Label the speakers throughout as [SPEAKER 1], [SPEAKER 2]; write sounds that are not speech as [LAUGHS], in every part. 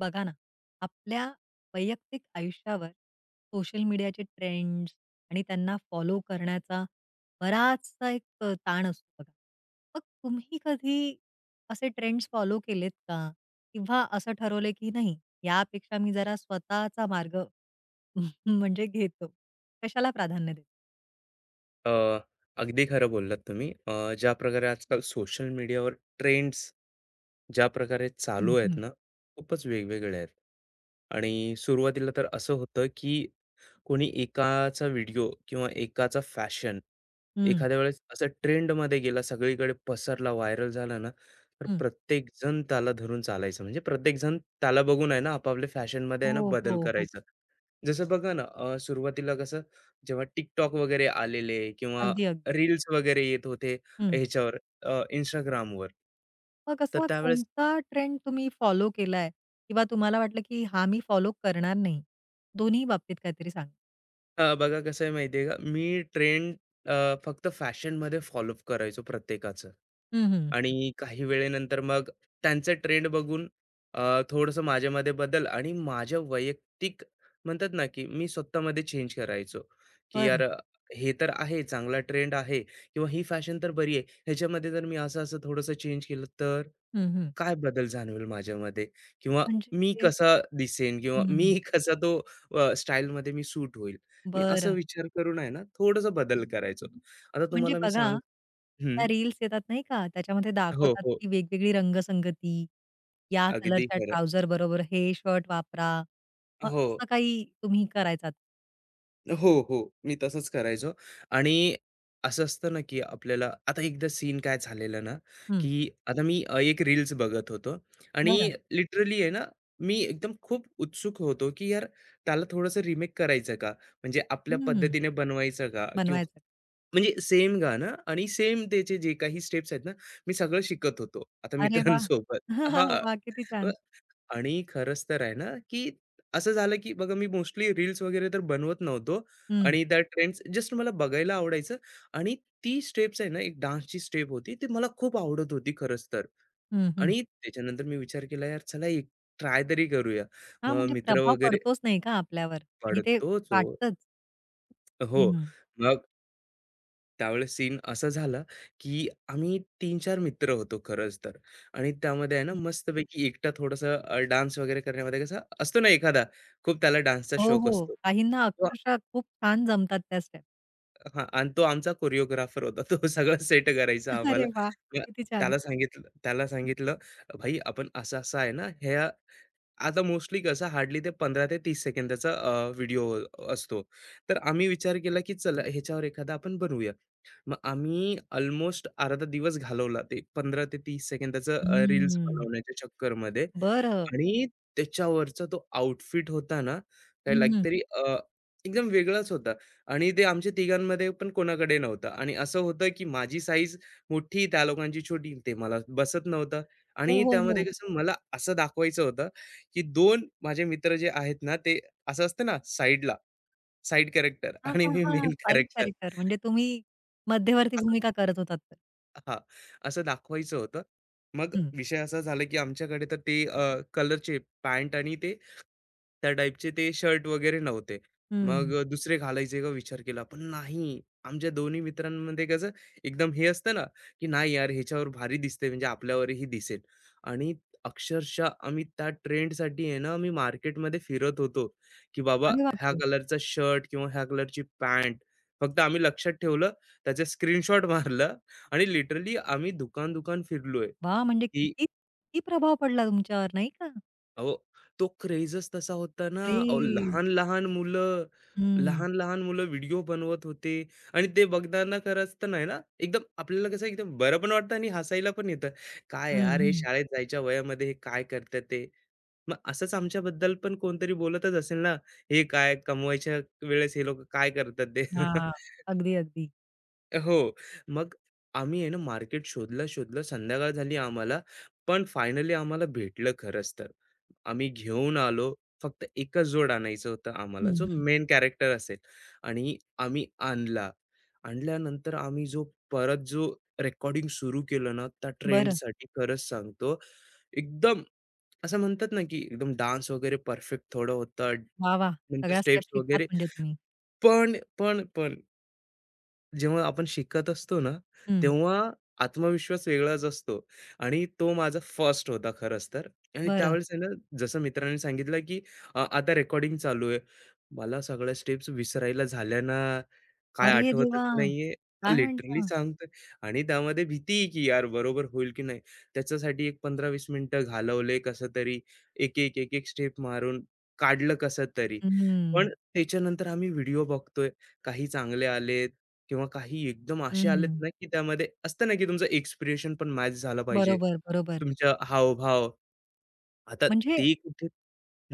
[SPEAKER 1] बघा ना, आपल्या वैयक्तिक आयुष्यावर सोशल मीडियाचे ट्रेंड्स आणि त्यांना फॉलो करण्याचा बराचसा एक ताण असतो बघा. मग तुम्ही कधी असे ट्रेंड्स फॉलो केलेत का? किंवा असं ठरवलंय की नाही, यापेक्षा मी जरा स्वतःचा मार्ग [LAUGHS] घेतो. कशाला प्राधान्य देतो?
[SPEAKER 2] अ, अगदी खरं बोललात तुम्ही. ज्या प्रकारे आजकाल सोशल मीडियावर ट्रेंड्स ज्या प्रकारे
[SPEAKER 1] हं,
[SPEAKER 2] चालू आहेत
[SPEAKER 1] हं.
[SPEAKER 2] ना, खूपच वेगवेगळे आहेत. आणि सुरुवातीला तर असं होतं की कोणी एकाचा व्हिडिओ किंवा एकाचा फॅशन
[SPEAKER 1] हं,
[SPEAKER 2] एखाद्या वेळेस असं ट्रेंडमध्ये गेला, सगळीकडे पसरला, व्हायरल झाला ना, तर
[SPEAKER 1] हं.
[SPEAKER 2] प्रत्येकजण त्याला धरून चालायचं. म्हणजे प्रत्येकजण त्याला बघून आहे ना, आपापल्या फॅशनमध्ये आहे ना
[SPEAKER 1] हो,
[SPEAKER 2] बदल
[SPEAKER 1] हो, हो.
[SPEAKER 2] करायचा. जसं बघा ना, सुरुवातीला कसं जेव्हा TikTok वगैरे आलेले किंवा
[SPEAKER 1] अगदी, अगदी.
[SPEAKER 2] रील्स वगैरे येत होते ह्याच्यावर Instagramवर,
[SPEAKER 1] मग
[SPEAKER 2] तर
[SPEAKER 1] असा
[SPEAKER 2] त्यावेळेस
[SPEAKER 1] कोणता ट्रेंड तुम्ही फॉलो केलाय? किंवा तुम्हाला वाटलं की हा मी फॉलो करणार नाही? दोन्ही बाबतीत काहीतरी सांगा?
[SPEAKER 2] बघा कसं आहे माहिती का, मी ट्रेंड फक्त फॅशनमध्ये फॉलोअप करायचो प्रत्येकाचं
[SPEAKER 1] हं, हं.
[SPEAKER 2] आणि काही वेळेनंतर मग त्यांचे ट्रेंड बघून, थोडंसं माझ्यामध्ये बदल आणि माझ्या वैयक्तिक म्हणतात ना, की मी स्वतःमध्ये चेंज करायचो, की
[SPEAKER 1] बरं.
[SPEAKER 2] यार, हे तर आहे चांगला ट्रेंड आहे किंवा ही फॅशन तर बरी आहे. ह्याच्यामध्ये जर मी असं-असं थोडंसं चेंज केलं तर?
[SPEAKER 1] हं, हं.
[SPEAKER 2] काय बदल जाणवेल माझ्यामध्ये? किंवा
[SPEAKER 1] म्हणजे
[SPEAKER 2] मी
[SPEAKER 1] ते
[SPEAKER 2] कसा दिसेन किंवा मी
[SPEAKER 1] हं.
[SPEAKER 2] [LAUGHS] कसा तो स्टाईलमध्ये मी सूट होईल? मी असा
[SPEAKER 1] बरं.
[SPEAKER 2] विचार करून आहे ना, थोडासा बदल करायचो. आता
[SPEAKER 1] म्हणजे
[SPEAKER 2] तुम्हाला मी
[SPEAKER 1] बघा,
[SPEAKER 2] सांग.
[SPEAKER 1] त्या
[SPEAKER 2] हं.
[SPEAKER 1] रील्स येतात नाही का, त्याच्यामध्ये
[SPEAKER 2] हो,
[SPEAKER 1] दाखवतात
[SPEAKER 2] हो.
[SPEAKER 1] की वेगवेगळी रंगसंगती, या
[SPEAKER 2] अगदी
[SPEAKER 1] कलरच्या
[SPEAKER 2] खरं.
[SPEAKER 1] ट्राउझर बरोबर हे शर्ट वापरा. मग
[SPEAKER 2] हो.
[SPEAKER 1] असं काही तुम्ही करायचात?
[SPEAKER 2] हो, हो. मी तसंच करायचो आणि असं असतं ना, की आपल्याला आता एकदा सीन काय झालेलं ना,
[SPEAKER 1] हं.
[SPEAKER 2] की आता मी एक रील्स बघत होतो आणि
[SPEAKER 1] बरं.
[SPEAKER 2] लिटरली आहे ना, मी एकदम खूप उत्सुक होतो, की यार त्याला थोडंसं रिमेक करायचं का? म्हणजे आपल्या
[SPEAKER 1] हं.
[SPEAKER 2] पद्धतीने बनवायचं का? किंवा
[SPEAKER 1] बनवायचं.
[SPEAKER 2] म्हणजे सेम गाणं आणि सेम त्याचे जे काही स्टेप्स आहेत ना, मी सगळं शिकत होतो. आता
[SPEAKER 1] अरे वाह!
[SPEAKER 2] मित्रांसोबत
[SPEAKER 1] वाह!
[SPEAKER 2] हां.
[SPEAKER 1] [LAUGHS] किती छान.
[SPEAKER 2] आणि खरंच तर आहे ना, की असं झालं, की बघा मी मोस्टली रील्स वगैरे तर बनवत नव्हतो
[SPEAKER 1] हं.
[SPEAKER 2] आणि त्या ट्रेंड्स जस्ट मला बघायला आवडायचं आणि ती स्टेप्स आहे ना, एक डान्सची स्टेप होती, ती मला खूप आवडत होती खरंच तर.
[SPEAKER 1] हं, हं.
[SPEAKER 2] आणि त्याच्यानंतर मी विचार केला, "यार चला एक ट्राय तरी करूया."
[SPEAKER 1] हां,
[SPEAKER 2] मग
[SPEAKER 1] म्हणजे
[SPEAKER 2] मित्र
[SPEAKER 1] प्रभाव
[SPEAKER 2] वगैरे
[SPEAKER 1] पडतोच नाही का आपल्यावर आणि ते
[SPEAKER 2] पडतोच हो.
[SPEAKER 1] वाटतंच.
[SPEAKER 2] हो.
[SPEAKER 1] हं, हं.
[SPEAKER 2] मग त्यावेळेस सीन असा झाला, की आम्ही तीन-चार मित्र होतो खरंच तर. आणि त्यामध्ये आहे ना मस्तपैकी एकटा थोडासा, डान्स वगैरे करण्यामध्ये कसा असतो ना एखादा, खूप त्याला डान्सचा
[SPEAKER 1] हो,
[SPEAKER 2] शौक
[SPEAKER 1] हो.
[SPEAKER 2] असतो.
[SPEAKER 1] काहींना
[SPEAKER 2] तो
[SPEAKER 1] अक्षरशः खूप छान जमतात त्या स्टेप.
[SPEAKER 2] हां आणि तो आमचा कोरिओग्राफर होता. तो सगळं सेट करायचा आम्हाला.
[SPEAKER 1] अरे वाह!
[SPEAKER 2] त्या
[SPEAKER 1] किती छान.
[SPEAKER 2] त्याला सांगितलं, "भाई आपण असं-असं आहे ना, ह्या आता मोस्टली कसं हार्डली ते 15 ते 30 सेकंदाचा व्हिडिओ असतो. तर आम्ही विचार केला, की चला ह्याच्यावर एखादा आपण बनवूया. मग आम्ही ऑलमोस्ट अर्धा दिवस घालवला ते 15 ते 30 सेकंदाचं रील्स
[SPEAKER 1] हम्म.
[SPEAKER 2] बनवण्याच्या चक्करमध्ये.
[SPEAKER 1] बरं.
[SPEAKER 2] आणि त्याच्यावरचा तो आउटफिट होता ना, काय
[SPEAKER 1] हं,
[SPEAKER 2] लाइक
[SPEAKER 1] हं.
[SPEAKER 2] तरी एकदम वेगळाच होता आणि ते आमच्या तिघांमध्ये पण कोणाकडे नव्हतं आणि असं होतं, की माझी साईज मोठी, त्या लोकांची छोटी, ते मला बसत नव्हतं
[SPEAKER 1] हो,
[SPEAKER 2] आणि
[SPEAKER 1] हो,
[SPEAKER 2] त्यामध्ये
[SPEAKER 1] हो.
[SPEAKER 2] कसं मला असं दाखवायचं होतं, की 2 माझे मित्र जे आहेत ना, ते असं असतं ना साइडला, साइड कॅरेक्टर
[SPEAKER 1] हां,
[SPEAKER 2] आणि
[SPEAKER 1] हां,
[SPEAKER 2] मी
[SPEAKER 1] हां.
[SPEAKER 2] Main
[SPEAKER 1] side
[SPEAKER 2] character.
[SPEAKER 1] कॅरेक्टर म्हणजे तुम्ही मध्यवर्ती भूमिका करत होतात तर.
[SPEAKER 2] हां, असं दाखवायचं होतं. मग
[SPEAKER 1] हं,
[SPEAKER 2] विषय असा झाला, की आमच्याकडे तर ते कलरचे पॅन्ट आणि ते त्या टाईपचे ते शर्ट वगैरे नव्हते. मग
[SPEAKER 1] हं.
[SPEAKER 2] दुसरे घालायचे का विचार केला, पण नाही. आमच्या दोन्ही मित्रांमध्ये कसं एकदम हे असतं ना, की नाही यार ह्याच्यावर भारी दिसते म्हणजे आपल्यावरही दिसेल. आणि अक्षरशः आम्ही त्या ट्रेंडसाठी आहे ना, आम्ही मार्केटमध्ये फिरत होतो, की बाबा
[SPEAKER 1] अरे
[SPEAKER 2] ह्या
[SPEAKER 1] बापरे!
[SPEAKER 2] कलरचा शर्ट किंवा ह्या कलरची पॅन्ट. फक्त आम्ही लक्षात ठेवलं, त्याचं स्क्रीनशॉट मारलं आणि लिटरली आम्ही दुकान-दुकान फिरलोय,
[SPEAKER 1] वाह! म्हणजे
[SPEAKER 2] की
[SPEAKER 1] किती किती प्रभाव पडला तुमच्यावर नाही का?
[SPEAKER 2] अहो, तो क्रेजच तसा होता ना, अहो
[SPEAKER 1] क्रेझ.
[SPEAKER 2] लहान-लहान मुलं,
[SPEAKER 1] हं,
[SPEAKER 2] लहान-लहान मुलं व्हिडिओ बनवत होते आणि ते बघताना खरंच तर नाही ना, एकदम आपल्याला कसं एकदम बरं पण वाटतं आणि हसायला पण येतं. काय
[SPEAKER 1] हं,
[SPEAKER 2] यार हे
[SPEAKER 1] हं.
[SPEAKER 2] शाळेत जायच्या वयामध्ये हे काय करतात ते? मग असंच आमच्याबद्दल पण कोणतरी बोलतच असेल ना, हे काय कमवायच्या वेळेस हे लोकं काय करतात ते?
[SPEAKER 1] हां.
[SPEAKER 2] [LAUGHS]
[SPEAKER 1] अगदी, अगदी.
[SPEAKER 2] हो. मग आम्ही आहे ना मार्केट शोधलं, शोधलं. संध्याकाळ झाली आम्हाला, पण फायनली आम्हाला भेटलं खरंच तर. आम्ही घेऊन आलो. फक्त एकच जोड आणायचं होतं आम्हाला, जो
[SPEAKER 1] हं, हं.
[SPEAKER 2] मेन कॅरेक्टर असेल आणि आम्ही आणला. आणल्यानंतर आम्ही जो परत जो रेकॉर्डिंग सुरू केलं ना, त्या
[SPEAKER 1] बरं.
[SPEAKER 2] ट्रेंडसाठी खरंच सांगतो, एकदम असं म्हणतात ना, की एकदम डान्स वगैरे परफेक्ट थोडं होतं.
[SPEAKER 1] वाह, वाह!
[SPEAKER 2] नंतर
[SPEAKER 1] सगळ्या स्टेप
[SPEAKER 2] स्टेप्स
[SPEAKER 1] शिकलात
[SPEAKER 2] वगैरे.
[SPEAKER 1] म्हणजे तुम्ही.
[SPEAKER 2] पण जेव्हा आपण शिकत असतो ना,
[SPEAKER 1] हं,
[SPEAKER 2] तेव्हा आत्मविश्वास वेगळाच असतो आणि तो माझा फर्स्ट होता खरंच तर. आणि
[SPEAKER 1] बरं.
[SPEAKER 2] त्यावेळेस आहे ना, जसं मित्रांनी सांगितलं, की आता रेकॉर्डिंग चालू आहे. मला सगळ्या स्टेप्स विसरायला झाल्या ना, काय
[SPEAKER 1] अरे
[SPEAKER 2] आठवतच
[SPEAKER 1] देवा!
[SPEAKER 2] नाहीये.
[SPEAKER 1] काय
[SPEAKER 2] लिटरली
[SPEAKER 1] म्हणता?
[SPEAKER 2] सांगतोय आणि त्यामध्ये भीती, की यार बरोबर होईल की नाही. त्याच्यासाठी एक 15-20 मिनिटं घालवले कसं तरी, एक स्टेप मारून काढलं कसं तरी. पण
[SPEAKER 1] हं,
[SPEAKER 2] त्याच्यानंतर आम्ही व्हिडिओ बघतोय, काही चांगले आलेत, किंवा काही एकदम असे आलेत
[SPEAKER 1] हं.
[SPEAKER 2] ना, की त्यामध्ये असतं ना, की तुमचं एक्सप्रेशन पण मॅच झालं पाहिजे.
[SPEAKER 1] बरोबर, बरोबर.
[SPEAKER 2] तुमच्या हावभाव. आता
[SPEAKER 1] म्हणजे
[SPEAKER 2] ते कुठे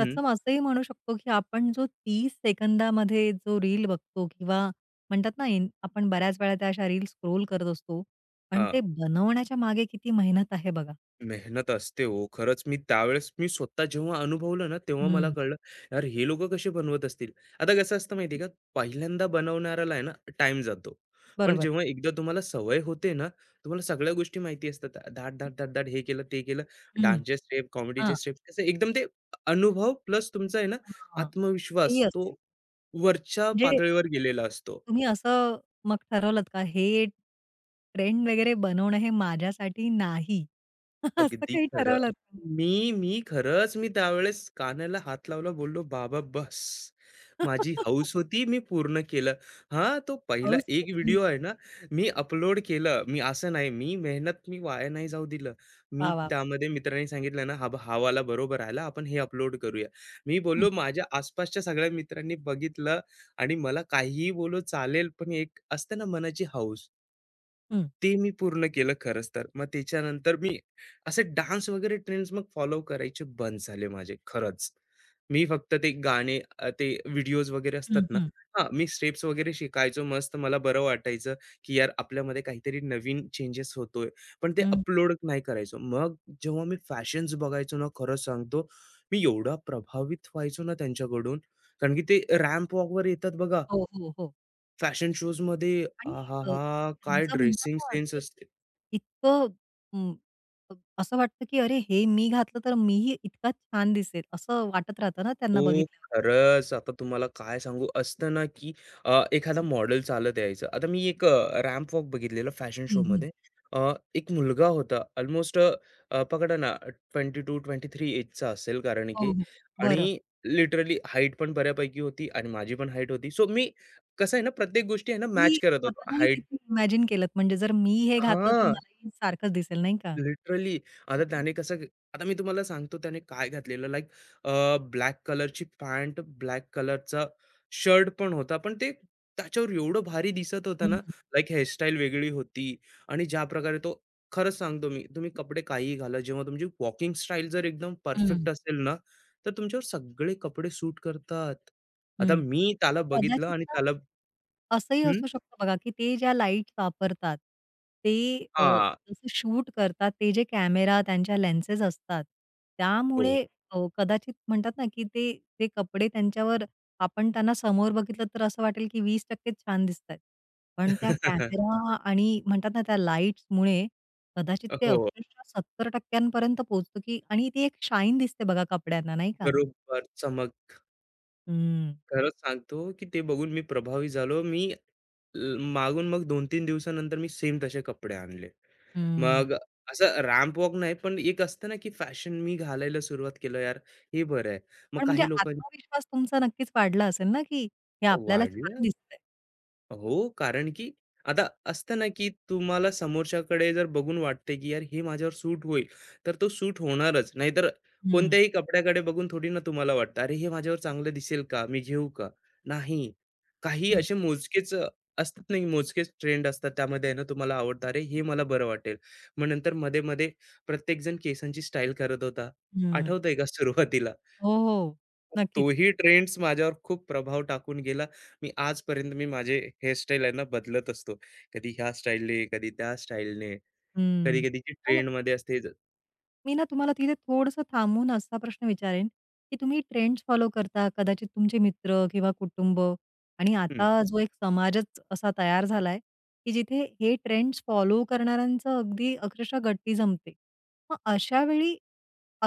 [SPEAKER 2] हं.
[SPEAKER 1] तत्सम असंही म्हणू शकतो, की आपण जो 30 सेकंदामध्ये जो रील बघतो किंवा म्हणतात ना, इन आपण बऱ्याच वेळा त्या अशा रील स्क्रोल करत असतो. पण
[SPEAKER 2] अ,
[SPEAKER 1] ते बनवण्याच्या मागे किती मेहनत आहे बघा.
[SPEAKER 2] मेहनत असते हो. खरंच मी त्यावेळेस मी स्वतः जेव्हा अनुभवलं ना, तेव्हा मला
[SPEAKER 1] हं,
[SPEAKER 2] कळलं, यार हे लोकं कसे बनवत असतील. आता कसं असतं माहिती आहे का, पहिल्यांदा बनवणाऱ्याला आहे ना टाईम जातो. पण
[SPEAKER 1] बरोबर.
[SPEAKER 2] जेव्हा एकदा तुम्हाला सवय होते ना, तुम्हाला सगळ्या गोष्टी माहिती असतात. धाड, धाड, धाड, धाड हे केलं, ते केलं,
[SPEAKER 1] हं.
[SPEAKER 2] डान्सचे स्टेप, कॉमेडीचे
[SPEAKER 1] हां,
[SPEAKER 2] स्टेप कसं एकदम ते अनुभव प्लस तुमचा आहे ना
[SPEAKER 1] हां. तेही
[SPEAKER 2] आत्मविश्वास तो
[SPEAKER 1] असेल.
[SPEAKER 2] वरच्या
[SPEAKER 1] म्हणजे
[SPEAKER 2] पातळीवर गेलेला असतो.
[SPEAKER 1] तुम्ही असं मग ठरवलंत का हे ट्रेंड वगैरे बनवणं हे माझ्यासाठी नाही. [LAUGHS] असं
[SPEAKER 2] अगदी
[SPEAKER 1] काही
[SPEAKER 2] खरं.
[SPEAKER 1] ठरवलंत का?
[SPEAKER 2] मी मी खरंच मी त्यावेळेस कानाला हात लावला बोललो, "बाबा बस. माझी हौस
[SPEAKER 1] [LAUGHS]
[SPEAKER 2] होती मी पूर्ण केलं." हां, तो पहिला
[SPEAKER 1] हौस
[SPEAKER 2] एक
[SPEAKER 1] पेटली.
[SPEAKER 2] व्हिडिओ आहे ना, मी अपलोड केलं. मी असं नाही, मी मेहनत मी वाया नाही जाऊ दिलं. मी
[SPEAKER 1] वाह! वाह!
[SPEAKER 2] त्यामध्ये मित्रांनी सांगितलं ना, "हा ब हा वाला बरोबर आला. आपण हे अपलोड करूया." मी
[SPEAKER 1] हं,
[SPEAKER 2] बोललो, माझ्या आसपासच्या सगळ्या मित्रांनी बघितलं आणि मला काहीही बोललो चालेल, पण एक असते ना मनाची हौस,
[SPEAKER 1] हं,
[SPEAKER 2] ते मी पूर्ण केलं खरंच तर. मग त्याच्यानंतर मी असे डान्स वगैरे ट्रेंड्स मग फॉलो करायचे बंद झाले माझे खरंच. मी फक्त ते गाणे ते व्हिडिओज वगैरे असतात
[SPEAKER 1] हं,
[SPEAKER 2] ना
[SPEAKER 1] हं,
[SPEAKER 2] हां, मी स्टेप्स वगैरे शिकायचो मस्त. मला बरं वाटायचं, की यार आपल्यामध्ये काहीतरी नवीन चेंजेस होतोय. पण ते
[SPEAKER 1] हं.
[SPEAKER 2] अपलोड नाही करायचो. मग जेव्हा मी फॅशन्स बघायचो ना, खरं सांगतो, मी एवढा प्रभावित व्हायचो ना त्यांच्याकडून. कारण की ते रॅम्प वॉकवर येतात बघा
[SPEAKER 1] हो, हो, हो.
[SPEAKER 2] फॅशन शोजमध्ये
[SPEAKER 1] आणि अ,
[SPEAKER 2] आहाहा! काय
[SPEAKER 1] त्यांचं म्हणतात
[SPEAKER 2] ड्रेसिंग
[SPEAKER 1] ना
[SPEAKER 2] सेन्स
[SPEAKER 1] ते
[SPEAKER 2] असते.
[SPEAKER 1] इतकं अं, अ, असं वाटतं की अरे हे मी घातलं तर मीही इतका छान दिसेल असं वाटत राहतं ना त्यांना
[SPEAKER 2] हो,
[SPEAKER 1] बघितल्यावर.
[SPEAKER 2] खरंच. आता तुम्हाला काय सांगू, असतं ना, की एखादा मॉडेल चालत यायचं. आता मी एक रॅम्प वॉक बघितलेलं फॅशन शोमध्ये. एक मुलगा होता अल्मोस्ट अ, अ, पकडा ना 22-23 एजचा असेल कारण की
[SPEAKER 1] हो, हो. बरं.
[SPEAKER 2] आणि लिटरली हाईट पण बऱ्यापैकी होती आणि माझी पण हाईट होती. सो मी कसं आहे ना, प्रत्येक गोष्टी आहे ना,
[SPEAKER 1] तुम्ही
[SPEAKER 2] मॅच करत होतो.
[SPEAKER 1] स्वतःलाही
[SPEAKER 2] हाईट
[SPEAKER 1] तिथे इमॅजिन केलत म्हणजे जर मी हे घातलं तर
[SPEAKER 2] हां.
[SPEAKER 1] मलाही सारखंच दिसेल नाही का?
[SPEAKER 2] लिटरली. आता त्याने कसं आता मी तुम्हाला सांगतो त्याने काय घातलेलं लाइक, ब्लॅक कलरची पॅन्ट, ब्लॅक कलरचा शर्ट पण होता. पण ते त्याच्यावर एवढं भारी दिसत होता ना,
[SPEAKER 1] हं,
[SPEAKER 2] लाइक हेअरस्टाईल वेगळी होती आणि ज्या प्रकारे तो खरंच सांगतो मी, तुम्ही कपडे काहीही घाला, जेव्हा तुमची वॉकिंग स्टाईल जर एकदम परफेक्ट
[SPEAKER 1] हं.
[SPEAKER 2] असेल ना, तर तुमच्यावर सगळे कपडे सूट करतात. आता
[SPEAKER 1] हं,
[SPEAKER 2] मी त्याला बघितलं
[SPEAKER 1] कदाचित
[SPEAKER 2] आणि त्याला
[SPEAKER 1] असंही
[SPEAKER 2] हं,
[SPEAKER 1] असू शकतं बघा, की ते ज्या लाईट्स वापरतात, ते
[SPEAKER 2] हां.
[SPEAKER 1] जसं शूट करतात, ते जे कॅमेरा, त्यांच्या लेन्सेस असतात,
[SPEAKER 2] हो.
[SPEAKER 1] त्यामुळे कदाचित म्हणतात ना, की ते ते कपडे त्यांच्यावर आपण त्यांना समोर बघितलं तर असं वाटेल, की वीस च छान दिसतायत. पण त्या
[SPEAKER 2] [LAUGHS]
[SPEAKER 1] कॅमेरा आणि म्हणतात ना, त्या लाईट्समुळे कदाचित ते
[SPEAKER 2] हो.
[SPEAKER 1] अक्षरशः 70% पर्यंत पोहोचतं, की आणि ती एक शाईन दिसते बघा कपड्यांना, नाही का?
[SPEAKER 2] बरोबर चमक
[SPEAKER 1] हं,
[SPEAKER 2] खरंच सांगतो की ते बघून मी प्रभावी झालो. मी ल मागून मग 2-3 दिवसानंतर मी सेम तसे कपडे आणले.
[SPEAKER 1] हं.
[SPEAKER 2] मग असं रॅम्प वॉक नाही, पण एक असतं ना की फॅशन मी घालायला सुरुवात केलं यार, हे बरं आहे. मग
[SPEAKER 1] पण म्हणजे
[SPEAKER 2] काही लोकांनी
[SPEAKER 1] आत्मविश्वास तुमचा नक्कीच वाढला असेल ना, की हे आपल्याला छान
[SPEAKER 2] वाढलं
[SPEAKER 1] दिसतंय.
[SPEAKER 2] हो, कारण की आता असतं ना, की तुम्हाला समोरच्याकडे जर बघून वाटते, की यार हे माझ्यावर सूट होईल, तर तो सूट होणारच. नाहीतर
[SPEAKER 1] हं,
[SPEAKER 2] कोणत्याही कपड्याकडे बघून थोडी ना तुम्हाला वाटतं, "अरे, हे माझ्यावर चांगलं दिसेल का? मी घेऊ का?" नाही. काही
[SPEAKER 1] हं,
[SPEAKER 2] असे मोजकेच असतात नाही, मोजकेच ट्रेंड असतात. त्यामध्ये आहे ना, तुम्हाला आवडतं, "अरे, हे मला बरं वाटेल." मग नंतर मध्ये-मध्ये प्रत्येकजण केसांची स्टाईल करत होता.
[SPEAKER 1] हं.
[SPEAKER 2] आठवतंय का सुरुवातीला?
[SPEAKER 1] हो, हो. नक्कीच.
[SPEAKER 2] तोही ट्रेंड्स माझ्यावर खूप प्रभाव टाकून गेला. मी आजपर्यंत मी माझे हेअरस्टाईल आहे ना बदलत असतो. कधी ह्या स्टाईलने, कधी त्या स्टाईलने,
[SPEAKER 1] हं.
[SPEAKER 2] कधी-कधी जी
[SPEAKER 1] पण
[SPEAKER 2] ट्रेंडमध्ये असते ज
[SPEAKER 1] मी ना तुम्हाला तिथे थोडंसं थांबून असा प्रश्न विचारेन, की तुम्ही ट्रेंड्स फॉलो करता, कदाचित तुमचे मित्र किंवा कुटुंब आणि
[SPEAKER 2] हं,
[SPEAKER 1] आता जो एक समाजच असा तयार झालाय, की जिथे हे ट्रेंड्स फॉलो करणाऱ्यांचं अगदी अक्षरशः गट्टी जमते. मग अशा वेळी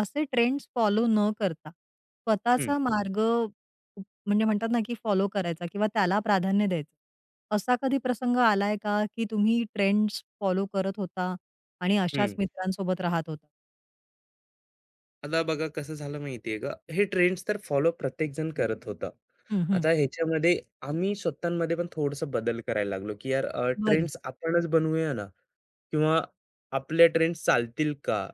[SPEAKER 1] असे ट्रेंड्स फॉलो न करता,
[SPEAKER 2] हं,
[SPEAKER 1] स्वतःचा मार्ग म्हणजे म्हणतात ना, की फॉलो करायचा किंवा त्याला प्राधान्य द्यायचं. असा कधी प्रसंग आलाय का, की तुम्ही ट्रेंड्स फॉलो करत होता आणि अशाच
[SPEAKER 2] हं.
[SPEAKER 1] मित्रांसोबत राहत होता?
[SPEAKER 2] आता बघा कसं झालं माहिती का? हे ट्रेंड्स तर फॉलो प्रत्येकजण करत होता.
[SPEAKER 1] हं, हं.
[SPEAKER 2] आता ह्याच्यामध्ये आम्ही स्वतःमध्ये पण थोडंसं बदल करायला लागलो, की यार
[SPEAKER 1] बरं.
[SPEAKER 2] ट्रेंड्स आपणच बनवूया ना. किंवा आपल्या ट्रेंड्स चालतील का?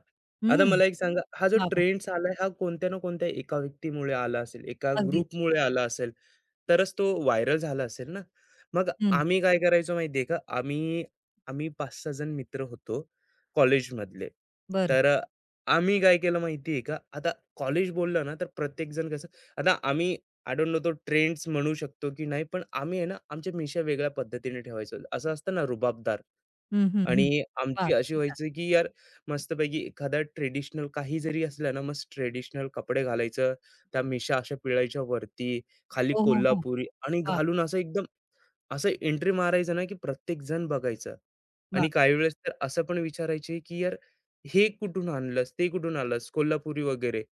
[SPEAKER 2] आता
[SPEAKER 1] हं.
[SPEAKER 2] मला एक सांगा, हा जो
[SPEAKER 1] वाह, वाह!
[SPEAKER 2] ट्रेंड्स आलाय, हा कोणत्या ना कोणत्या एका व्यक्तीमुळे आला असेल, एका
[SPEAKER 1] अगदी.
[SPEAKER 2] ग्रुपमुळे आला असेल, तरच तो व्हायरल झाला असेल ना. मग
[SPEAKER 1] हं.
[SPEAKER 2] आम्ही काय करायचो माहिती आहे का? आम्ही आम्ही 5-6 जण मित्र होतो कॉलेजमधले.
[SPEAKER 1] बरं.
[SPEAKER 2] तर आम्ही काय केलं माहिती का? आता कॉलेज बोललं ना, तर प्रत्येकजण कसं आता आम्ही आय तो ट्रेंड्स म्हणू शकतो की नाही, पण आम्ही आहे ना, आमच्या मिशा वेगळ्या पद्धतीने ठेवायचो. असं असतं ना, रुबाबदार.
[SPEAKER 1] हं, हं, हं.
[SPEAKER 2] आणि
[SPEAKER 1] वाह!
[SPEAKER 2] आमची अशी
[SPEAKER 1] किती छान.
[SPEAKER 2] व्हायची की यार मस्तपैकी एखादा ट्रेडिशनल काही जरी असलं ना, मस्त ट्रेडिशनल कपडे घालायचं, त्या मिशा अशा पिळायच्या वरती, खाली
[SPEAKER 1] हो, हो, हो.
[SPEAKER 2] कोल्हापुरी आणि
[SPEAKER 1] वाह,
[SPEAKER 2] घालून
[SPEAKER 1] वाह!
[SPEAKER 2] असं एकदम असं एंट्री मारायचं ना, की प्रत्येकजण बघायचं.
[SPEAKER 1] वाह!
[SPEAKER 2] आणि काही वेळेस तर असं पण विचारायचे की "यार हे कुठून आणलंस? ते कुठून आणलंस? कोल्हापुरी वगैरे."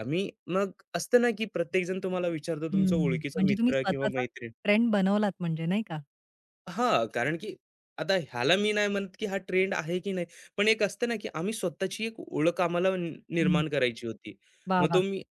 [SPEAKER 2] आम्ही मग असतं ना, की प्रत्येकजण तुम्हाला विचारतो तुमचा
[SPEAKER 1] हं.
[SPEAKER 2] ओळखीचा
[SPEAKER 1] म्हणजे तुम्ही
[SPEAKER 2] मित्र किंवा
[SPEAKER 1] स्वतःचा
[SPEAKER 2] मैत्रीण.
[SPEAKER 1] ट्रेंड बनवलात म्हणजे नाही का?
[SPEAKER 2] हां, कारण की आता ह्याला मी नाही म्हणत, की हा ट्रेंड आहे की नाही. पण एक असतं ना, की आम्ही स्वतःची एक ओळख आम्हाला
[SPEAKER 1] हं.
[SPEAKER 2] निर्माण करायची होती.
[SPEAKER 1] वाह,
[SPEAKER 2] मग तो
[SPEAKER 1] वाह!
[SPEAKER 2] मी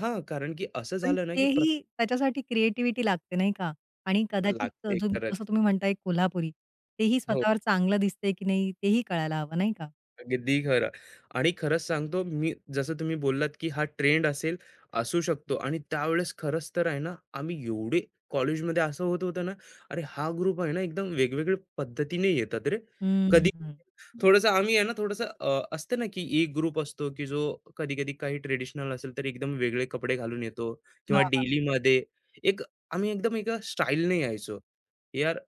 [SPEAKER 2] हां, कारण की असं
[SPEAKER 1] पण
[SPEAKER 2] झालं ना, की प्रत
[SPEAKER 1] तेही त्याच्यासाठी क्रिएटिव्हिटी लागते नाही का? आणि कदाचित
[SPEAKER 2] लागते
[SPEAKER 1] तुम
[SPEAKER 2] खरंच.
[SPEAKER 1] जसं तुम्ही म्हणताय कोल्हापुरी, तेही
[SPEAKER 2] हो,
[SPEAKER 1] स्वतःवर चांगलं दिसतंय की नाही तेही कळायला हवं नाही का?
[SPEAKER 2] अगदी खरं. आणि खरंच सांगतो मी जसं तुम्ही बोललात, की हा ट्रेंड असेल, असू शकतो आणि त्यावेळेस खरंच तर आहे ना, आम्ही एवढे कॉलेजमध्ये असं होत होतं ना, "अरे, हा ग्रुप आहे ना, एकदम वेगवेगळ्या पद्धतीने येतात रे. कधी
[SPEAKER 1] हम्म.
[SPEAKER 2] थोडंसं आम्ही आहे ना थोडंसं असतं ना की एक ग्रुप असतो की जो कधी-कधी काही ट्रेडिशनल असेल तर एकदम वेगळे कपडे घालून येतो किंवा
[SPEAKER 1] वाह, वाह!
[SPEAKER 2] डेलीमध्ये एक आम्ही एकदम एका स्टाईलने यायचो. यार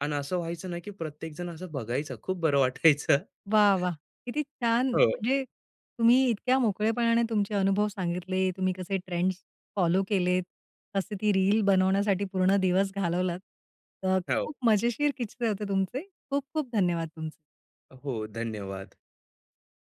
[SPEAKER 2] आणि असं व्हायचं ना की प्रत्येकजण असं बघायचं. खूप बरं वाटायचं.
[SPEAKER 1] वाह, वाह! किती छान
[SPEAKER 2] हो,
[SPEAKER 1] म्हणजे तुम्ही इतक्या मोकळेपणाने तुमचे अनुभव सांगितले, तुम्ही कसे ट्रेंड्स फॉलो केलेत, कसे ती रील बनवण्यासाठी पूर्ण दिवस घालवलात. तर
[SPEAKER 2] हो,
[SPEAKER 1] खूप मजेशीर किस्से होते तुमचे. खूप खूप धन्यवाद तुमचे.
[SPEAKER 2] हो. धन्यवाद.